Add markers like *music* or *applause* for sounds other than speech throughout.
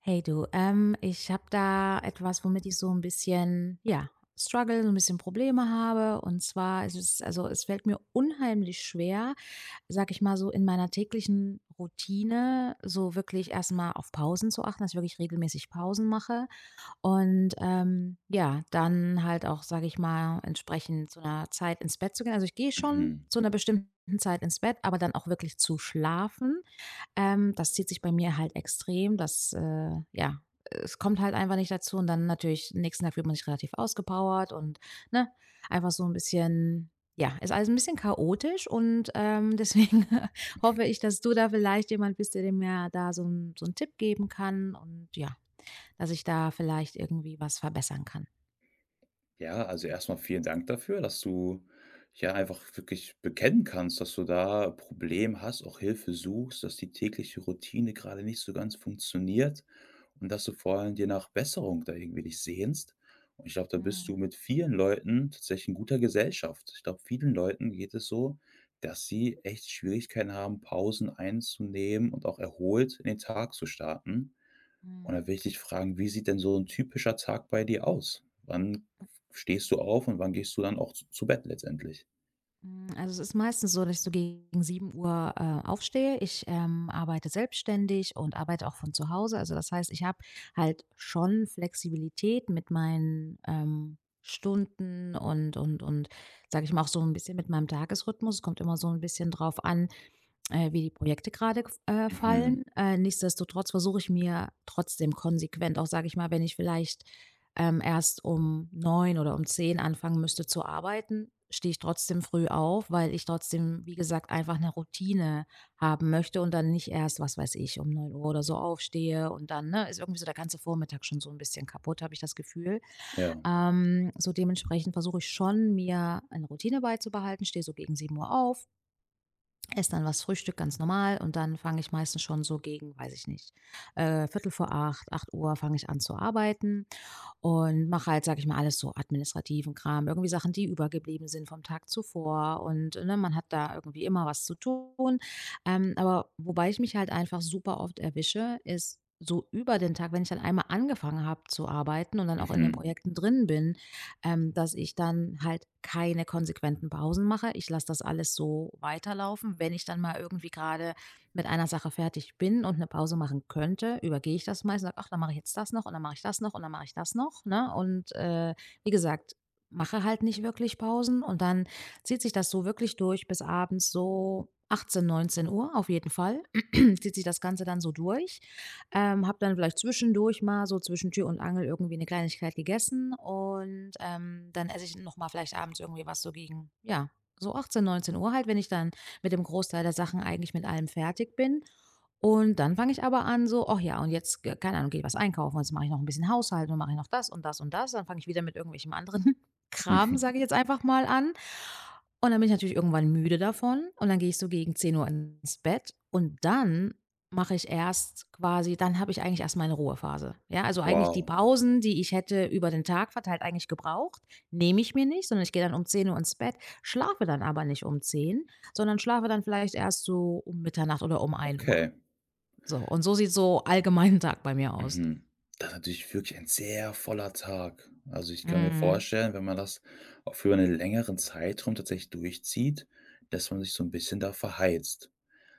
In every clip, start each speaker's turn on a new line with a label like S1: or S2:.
S1: Hey du, ich habe da etwas, womit ich so ein bisschen, ja, struggle, so ein bisschen Probleme habe. Und zwar ist es also, es fällt mir unheimlich schwer, sage ich mal so, in meiner täglichen Routine so wirklich erst mal auf Pausen zu achten, dass ich wirklich regelmäßig Pausen mache und, ja, dann halt auch, sage ich mal, entsprechend zu einer Zeit ins Bett zu gehen. Also, ich gehe schon
S2: Mhm.
S1: zu einer bestimmten Zeit ins Bett, aber dann auch wirklich zu schlafen. Das zieht sich bei mir halt extrem. Das, ja, es kommt halt einfach nicht dazu und dann natürlich nächsten Tag fühlt man sich relativ ausgepowert und, ne, einfach so ein bisschen ja, ist alles ein bisschen chaotisch und, deswegen *laughs* hoffe ich, dass du da vielleicht jemand bist, der mir da so einen Tipp geben kann und ja, dass ich da vielleicht irgendwie was verbessern kann.
S2: Ja, also erstmal vielen Dank dafür, dass du ja einfach wirklich bekennen kannst, dass du da ein Problem hast, auch Hilfe suchst, dass die tägliche Routine gerade nicht so ganz funktioniert und dass du vor allem dir nach Besserung da irgendwie dich sehnst. Und ich glaube, da bist du
S1: Mhm,
S2: mit vielen Leuten tatsächlich in guter Gesellschaft. Ich glaube, vielen Leuten geht es so, dass sie echt Schwierigkeiten haben, Pausen einzunehmen und auch erholt in den Tag zu starten. Und da
S1: mhm.
S2: will ich dich fragen, wie sieht denn so ein typischer Tag bei dir aus? Wann stehst du auf und wann gehst du dann auch z zu Bett letztendlich?
S1: Also, es ist meistens so, dass ich so gegen 7:00, aufstehe. Ich arbeite selbstständig und arbeite auch von zu Hause. Also, das heißt, ich habe halt schon Flexibilität mit meinen Stunden und, sage ich mal, auch so ein bisschen mit meinem Tagesrhythmus. Es kommt immer so ein bisschen drauf an, wie die Projekte gerade
S2: Mhm,
S1: fallen. Nichtsdestotrotz versuche ich mir trotzdem konsequent auch, sage ich mal, wenn ich vielleicht erst um 9 oder um 10 anfangen müsste zu arbeiten, stehe ich trotzdem früh auf, weil ich trotzdem, wie gesagt, einfach eine Routine haben möchte und dann nicht erst, was weiß ich, um 9 Uhr oder so aufstehe und dann, ne, ist irgendwie so der ganze Vormittag schon so ein bisschen kaputt, habe ich das Gefühl.
S2: ja.
S1: So dementsprechend versuche ich schon, mir eine Routine beizubehalten, stehe so gegen 7 Uhr auf. Esse dann was Frühstück ganz normal und dann fange ich meistens schon so gegen, weiß ich nicht, Viertel vor acht, 8 Uhr fange ich an zu arbeiten und mache halt, sage ich mal, alles so administrativen Kram, irgendwie Sachen, die übergeblieben sind vom Tag zuvor und, ne, man hat da irgendwie immer was zu tun. Aber wobei ich mich halt einfach super oft erwische, ist so über den Tag, wenn ich dann einmal angefangen habe zu arbeiten und dann auch in den
S2: Mhm,
S1: Projekten drin bin, dass ich dann halt keine konsequenten Pausen mache. Ich lasse das alles so weiterlaufen. Wenn ich dann mal irgendwie gerade mit einer Sache fertig bin und eine Pause machen könnte, übergehe ich das meist und sage: „Ach, dann mache ich jetzt das noch und dann mache ich das noch und dann mache ich das noch“, ne? Und, wie gesagt, mache halt nicht wirklich Pausen und dann zieht sich das so wirklich durch bis abends so 18:00 Uhr auf jeden Fall. *clears throat* Zieht sich das Ganze dann so durch. Habe dann vielleicht zwischendurch mal so zwischen Tür und Angel irgendwie eine Kleinigkeit gegessen und, dann esse ich noch mal vielleicht abends irgendwie was so gegen, ja, so 18 Uhr halt, wenn ich dann mit dem Großteil der Sachen eigentlich mit allem fertig bin. Und dann fange ich aber an so: „Och ja, und jetzt, ge keine Ahnung, gehe ich was einkaufen, jetzt mache ich noch ein bisschen Haushalt und mache ich noch das und das und das.“ Dann fange ich wieder mit irgendwelchem anderen *laughs* Kram,
S2: mhm.
S1: sage ich jetzt einfach mal an. Und dann bin ich natürlich irgendwann müde davon und dann gehe ich so gegen 10 Uhr ins Bett und dann mache ich erst quasi dann habe ich eigentlich erst meine Ruhephase. Ja, also eigentlich die
S2: Wow,
S1: Pausen, die ich hätte über den Tag verteilt eigentlich gebraucht, nehme ich mir nicht, sondern ich gehe dann um 10 Uhr ins Bett, schlafe dann aber nicht um zehn, sondern schlafe dann vielleicht erst so um Mitternacht oder um 1 Uhr.
S2: okay.
S1: So, und so sieht so allgemein 'n Tag bei mir aus.
S2: Mhm. Das ist natürlich wirklich ein sehr voller Tag. Also, ich kann mir
S1: Mhm.
S2: vorstellen, wenn man das auch für einen längeren Zeitraum tatsächlich durchzieht, dass man sich so ein bisschen da verheizt.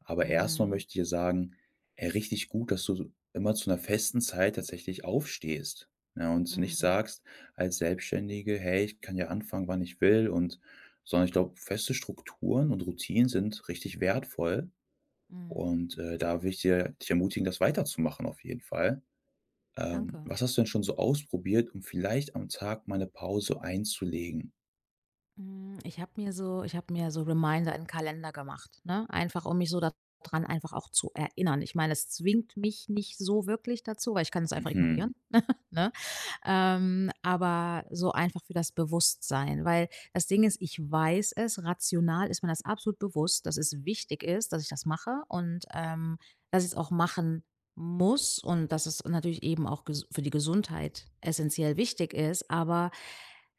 S2: Aber erstmal
S1: Mhm.
S2: möchte ich dir sagen, ey, richtig gut, dass du so immer zu einer festen Zeit tatsächlich aufstehst, ne, und nicht
S1: Mhm.
S2: sagst als Selbstständige: „Hey, ich kann ja anfangen, wann ich will“, und sondern ich glaube, feste Strukturen und Routinen sind richtig wertvoll
S1: Mhm.
S2: und, da will ich dir dich ermutigen, das weiterzumachen auf jeden Fall.
S1: Danke.
S2: Was hast du denn schon so ausprobiert, um vielleicht am Tag mal 'ne Pause einzulegen?
S1: Ich habe mir so Reminder in 'n Kalender gemacht, ne? Einfach, um mich so daran einfach auch zu erinnern. Ich meine, es zwingt mich nicht so wirklich dazu, weil ich kann es einfach
S2: Mhm,
S1: ignorieren, *laughs* ne? Aber so einfach für das Bewusstsein, weil das Ding ist, ich weiß es, rational ist mir das absolut bewusst, dass es wichtig ist, dass ich das mache und, dass ich es auch machen muss und dass es natürlich eben auch ges für die Gesundheit essentiell wichtig ist, aber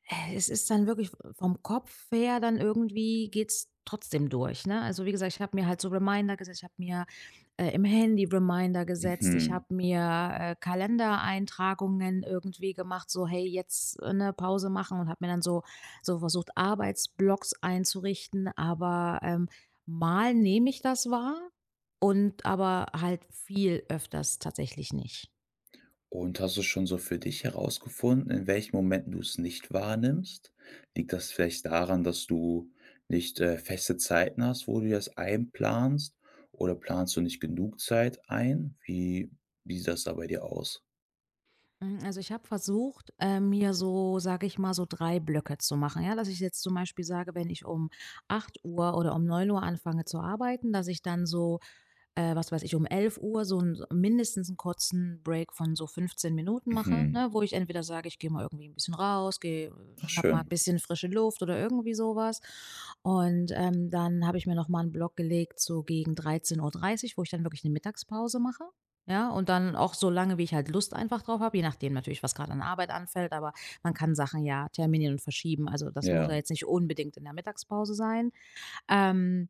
S1: es ist dann wirklich vom Kopf her dann irgendwie geht's trotzdem durch, ne? Also, wie gesagt, ich habe mir halt so Reminder gesetzt, ich habe mir, im Handy Reminder gesetzt, ich
S2: mhm.
S1: habe mir, Kalendereintragungen irgendwie gemacht, so: „Hey, jetzt, ne, Pause machen“ und habe mir dann so versucht, Arbeitsblocks einzurichten, aber, mal nehme ich das wahr und aber halt viel öfters tatsächlich nicht.
S2: Und hast du schon so für dich herausgefunden, in welchen Momenten du es nicht wahrnimmst? Liegt das vielleicht daran, dass du nicht, feste Zeiten hast, wo du das einplanst? Oder planst du nicht genug Zeit ein? Wie sieht das da bei dir aus?
S1: Also ich habe versucht, mir so, sage ich mal, so 3 Blöcke zu machen, ja? Dass ich jetzt zum Beispiel sage, wenn ich um 8 Uhr oder um 9 Uhr anfange zu arbeiten, dass ich dann so was weiß ich, um 11 Uhr so ein mindestens einen kurzen Break von so 15 Minuten mache,
S2: Mhm.
S1: ne, wo ich entweder sage, ich gehe mal irgendwie ein bisschen raus, gehe
S2: Ach
S1: schnappe mal ein
S2: schön.
S1: bisschen frische Luft oder irgendwie sowas. Und, dann habe ich mir noch mal 'n Block gelegt, so gegen 13:30, wo ich dann wirklich eine Mittagspause mache, ja? Und dann auch so lange, wie ich halt Lust einfach drauf habe, je nachdem natürlich, was gerade an Arbeit anfällt, aber man kann Sachen ja terminieren und verschieben. Also, das muss ja
S2: Ja.
S1: jetzt nicht unbedingt in der Mittagspause sein. Ähm,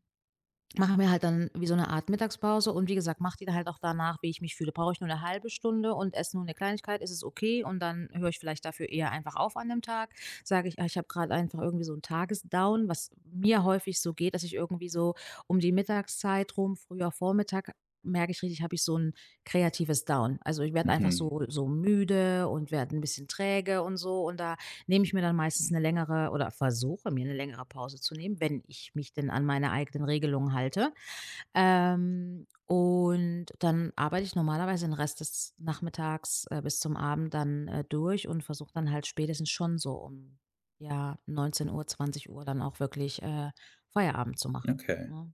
S1: Mache mir halt dann wie so eine Art Mittagspause und wie gesagt, mache die dann halt auch danach, wie ich mich fühle. Brauche ich nur eine halbe Stunde und esse nur eine Kleinigkeit, ist es okay und dann höre ich vielleicht dafür eher einfach auf an dem Tag. Sage ich: „Ah, ich habe gerade einfach irgendwie so 'n Tagesdown“, was mir häufig so geht, dass ich irgendwie so um die Mittagszeit rum, früher Vormittag, merke ich richtig, habe ich so ein kreatives Down. Also, ich werde einfach
S2: Mhm.
S1: so so müde und werde ein bisschen träge und so und da nehme ich mir dann meistens eine längere oder versuche mir eine längere Pause zu nehmen, wenn ich mich denn an meine eigenen Regelungen halte. Und dann arbeite ich normalerweise den Rest des Nachmittags, bis zum Abend dann, durch und versuche dann halt spätestens schon so um, ja, 19:00 Uhr dann auch wirklich, Feierabend zu machen,
S2: Okay.
S1: ne?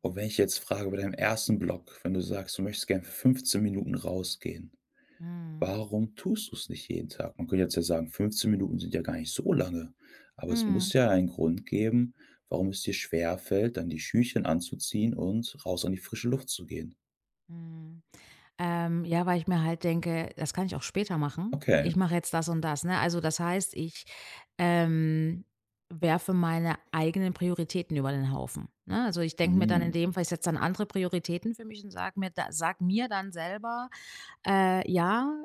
S2: Und wenn ich jetzt frage bei deinem ersten Block, wenn du sagst, du möchtest gerne für 15 Minuten rausgehen:
S1: Mhm.
S2: Warum tust du es nicht jeden Tag? Man könnte jetzt ja sagen, 15 Minuten sind ja gar nicht so lange, aber es
S1: Mhm.
S2: muss ja einen Grund geben, warum es dir schwerfällt, dann die Schüchen anzuziehen und raus an die frische Luft zu gehen.
S1: Mhm. Ja, weil ich mir halt denke, das kann ich auch später machen.
S2: Okay.
S1: Ich mache jetzt das und das, ne? Also, das heißt, ich, ähm, werfe meine eigenen Prioritäten über den Haufen, ne? Also, ich denke mir dann in
S2: Mhm.
S1: dem Fall ich setze dann andere Prioritäten für mich und sage mir dann selber: „Ja,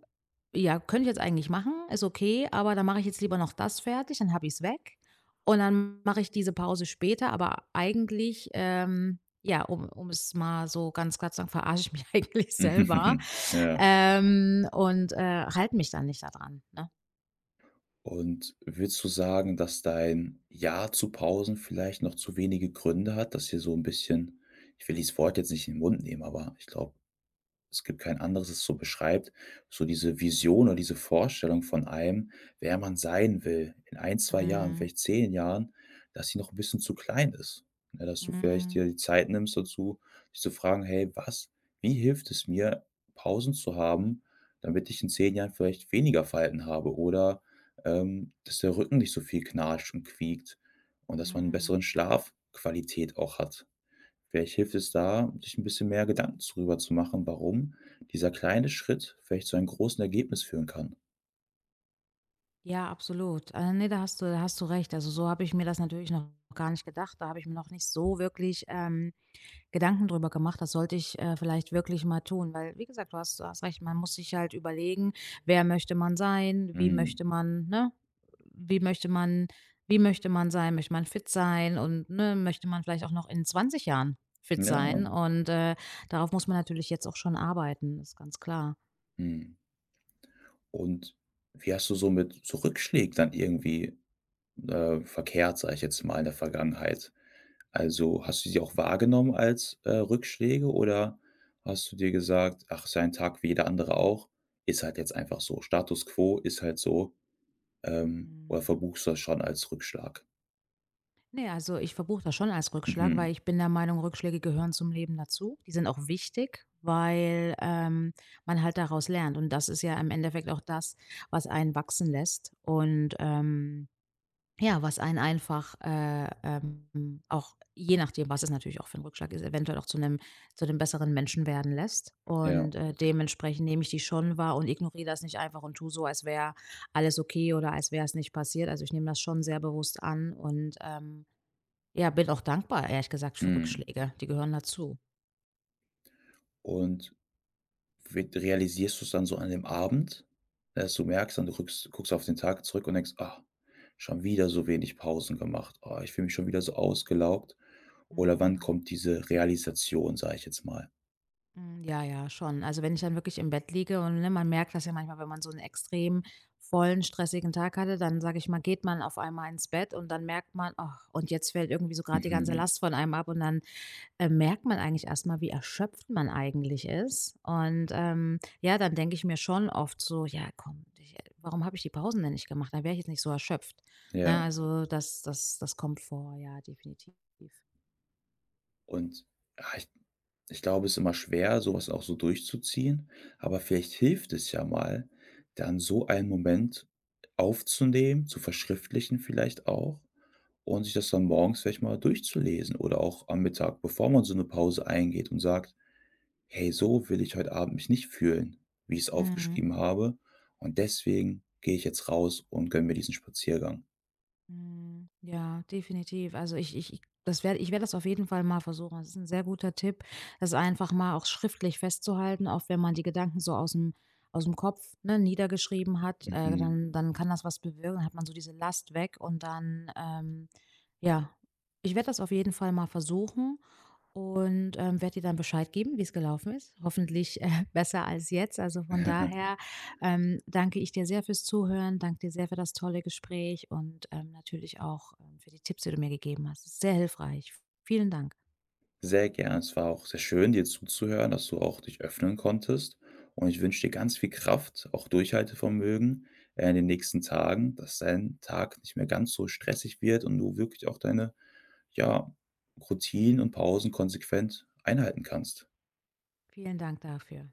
S1: ja, könnte ich jetzt eigentlich machen, ist okay, aber dann mache ich jetzt lieber noch das fertig, dann habe ich's weg. Und dann mache ich diese Pause später, aber eigentlich, ja, um es mal so ganz klar zu sagen, verarsche ich mich *laughs* eigentlich selber,
S2: *laughs* Ja.
S1: und halte mich dann nicht daran, ne?
S2: Und würdest du sagen, dass dein Ja zu Pausen vielleicht noch zu wenige Gründe hat, dass hier so ein bisschen, ich will dieses Wort jetzt nicht in den Mund nehmen, aber ich glaube, es gibt kein anderes, das so beschreibt, so diese Vision oder diese Vorstellung von einem, wer man sein will in ein zwei Jahren,
S1: Mhm.
S2: vielleicht 10 Jahren, dass sie noch ein bisschen zu klein ist. Ne, dass du vielleicht
S1: Mhm.
S2: dir die Zeit nimmst dazu, dich zu fragen: „Hey, was wie hilft es mir, Pausen zu haben, damit ich in 10 Jahren vielleicht weniger Falten habe oder, dass der Rücken nicht so viel knarscht und quiekt und dass man eine
S1: Mhm.
S2: bessere Schlafqualität auch hat?“ Vielleicht hilft es da, sich ein bisschen mehr Gedanken darüber zu machen, warum dieser kleine Schritt vielleicht zu einem großen Ergebnis führen kann.
S1: Ja, absolut. Ne, da hast du recht. Also, so habe ich mir das natürlich noch gar nicht gedacht. Da habe ich mir noch nicht so wirklich, Gedanken drüber gemacht, das sollte ich, vielleicht wirklich mal tun, weil, wie gesagt, du hast recht, man muss sich halt überlegen, wer möchte man sein, wie
S2: Mhm.
S1: möchte man ne, wie möchte man wie möchte man sein? Möchte man fit sein und, ne, möchte man vielleicht auch noch in 20 Jahren fit
S2: Ja,
S1: sein? Und, darauf muss man natürlich jetzt auch schon arbeiten, ist ganz klar.
S2: mhm. Und wie hast du so mit so Rückschlägen dann irgendwie, verkehrt, sage ich jetzt mal, in der Vergangenheit? Also, hast du sie auch wahrgenommen als, Rückschläge oder hast du dir gesagt: „Ach, ist ja ein Tag wie jeder andere auch, ist halt jetzt einfach so. Status quo ist halt so“, oder
S1: Mhm.
S2: verbuchst du das schon als Rückschlag?
S1: Ne, also ich verbuche das schon als Rückschlag, weil
S2: Mhm.
S1: ich bin der Meinung, Rückschläge gehören zum Leben dazu. Die sind auch wichtig, weil, man halt daraus lernt und das ist ja im Endeffekt auch das, was einen wachsen lässt und, ja, was einen einfach, auch je nachdem, was es natürlich auch für ein Rückschlag ist, eventuell auch zu 'nem besseren Menschen werden lässt
S2: Ja.
S1: und, dementsprechend nehme ich die schon wahr und ignoriere das nicht einfach und tue so, als wäre alles okay oder als wäre es nicht passiert. Also, ich nehme das schon sehr bewusst an und, ja, bin auch dankbar, ehrlich gesagt, für
S2: Mhm.
S1: Rückschläge. Die gehören dazu.
S2: Und wird realisierst du es dann so an dem Abend, dass du merkst dann, du rückst guckst auf den Tag zurück und denkst: „Ah, schon wieder so wenig Pausen gemacht. Ah, ich fühle mich schon wieder so ausgelaugt.“ Oder wann
S1: Mhm.
S2: kommt diese Realisation, sage ich jetzt mal?
S1: Mhm. Ja, ja, schon. Also, wenn ich dann wirklich im Bett liege und, ne, man merkt das ja manchmal, wenn man so einen extrem vollen, stressigen Tag hatte, dann, sage ich mal, geht man auf einmal ins Bett und dann merkt man: „Ach, und jetzt fällt irgendwie so gerade die ganze
S2: Mhm,
S1: Last von einem ab.“ Und dann, merkt man eigentlich erst mal, wie erschöpft man eigentlich ist. Und, ja, dann denke ich mir schon oft so: „Ja, komm, ich, warum habe ich die Pausen denn nicht gemacht? Dann wäre ich jetzt nicht so erschöpft.“
S2: ja.
S1: Ne, also das kommt vor, ja, definitiv.
S2: Und, ah, ich glaube, es ist immer schwer, sowas auch so durchzuziehen, aber vielleicht hilft es ja mal, dann so einen Moment aufzunehmen, zu verschriftlichen vielleicht auch und sich das dann morgens vielleicht mal durchzulesen oder auch am Mittag, bevor man so 'ne Pause eingeht und sagt: „Hey, so will ich heute Abend mich nicht fühlen, wie ich's
S1: Mhm,
S2: aufgeschrieben habe, und deswegen gehe ich jetzt raus und gönne mir diesen Spaziergang.“
S1: mhm. Ja, definitiv. Also ich werde das auf jeden Fall mal versuchen. Das ist ein sehr guter Tipp, das einfach mal auch schriftlich festzuhalten, auch wenn man die Gedanken so aus dem Kopf, ne, niedergeschrieben hat,
S2: Mhm.
S1: dann kann das was bewirken, hat man so diese Last weg und dann, ja, ich werde das auf jeden Fall mal versuchen. Und, werde dir dann Bescheid geben, wie es gelaufen ist. Hoffentlich*laughs* besser als jetzt. Also, von daher,
S2: *laughs*
S1: danke ich dir sehr fürs Zuhören, danke dir sehr für das tolle Gespräch und, natürlich auch, für die Tipps, die du mir gegeben hast. Sehr hilfreich. Vielen Dank.
S2: Sehr gern. Es war auch sehr schön, dir zuzuhören, dass du auch dich öffnen konntest und ich wünsche dir ganz viel Kraft, auch Durchhaltevermögen, in den nächsten Tagen, dass dein Tag nicht mehr ganz so stressig wird und du wirklich auch deine ja, Routinen und Pausen konsequent einhalten kannst.
S1: Vielen Dank dafür.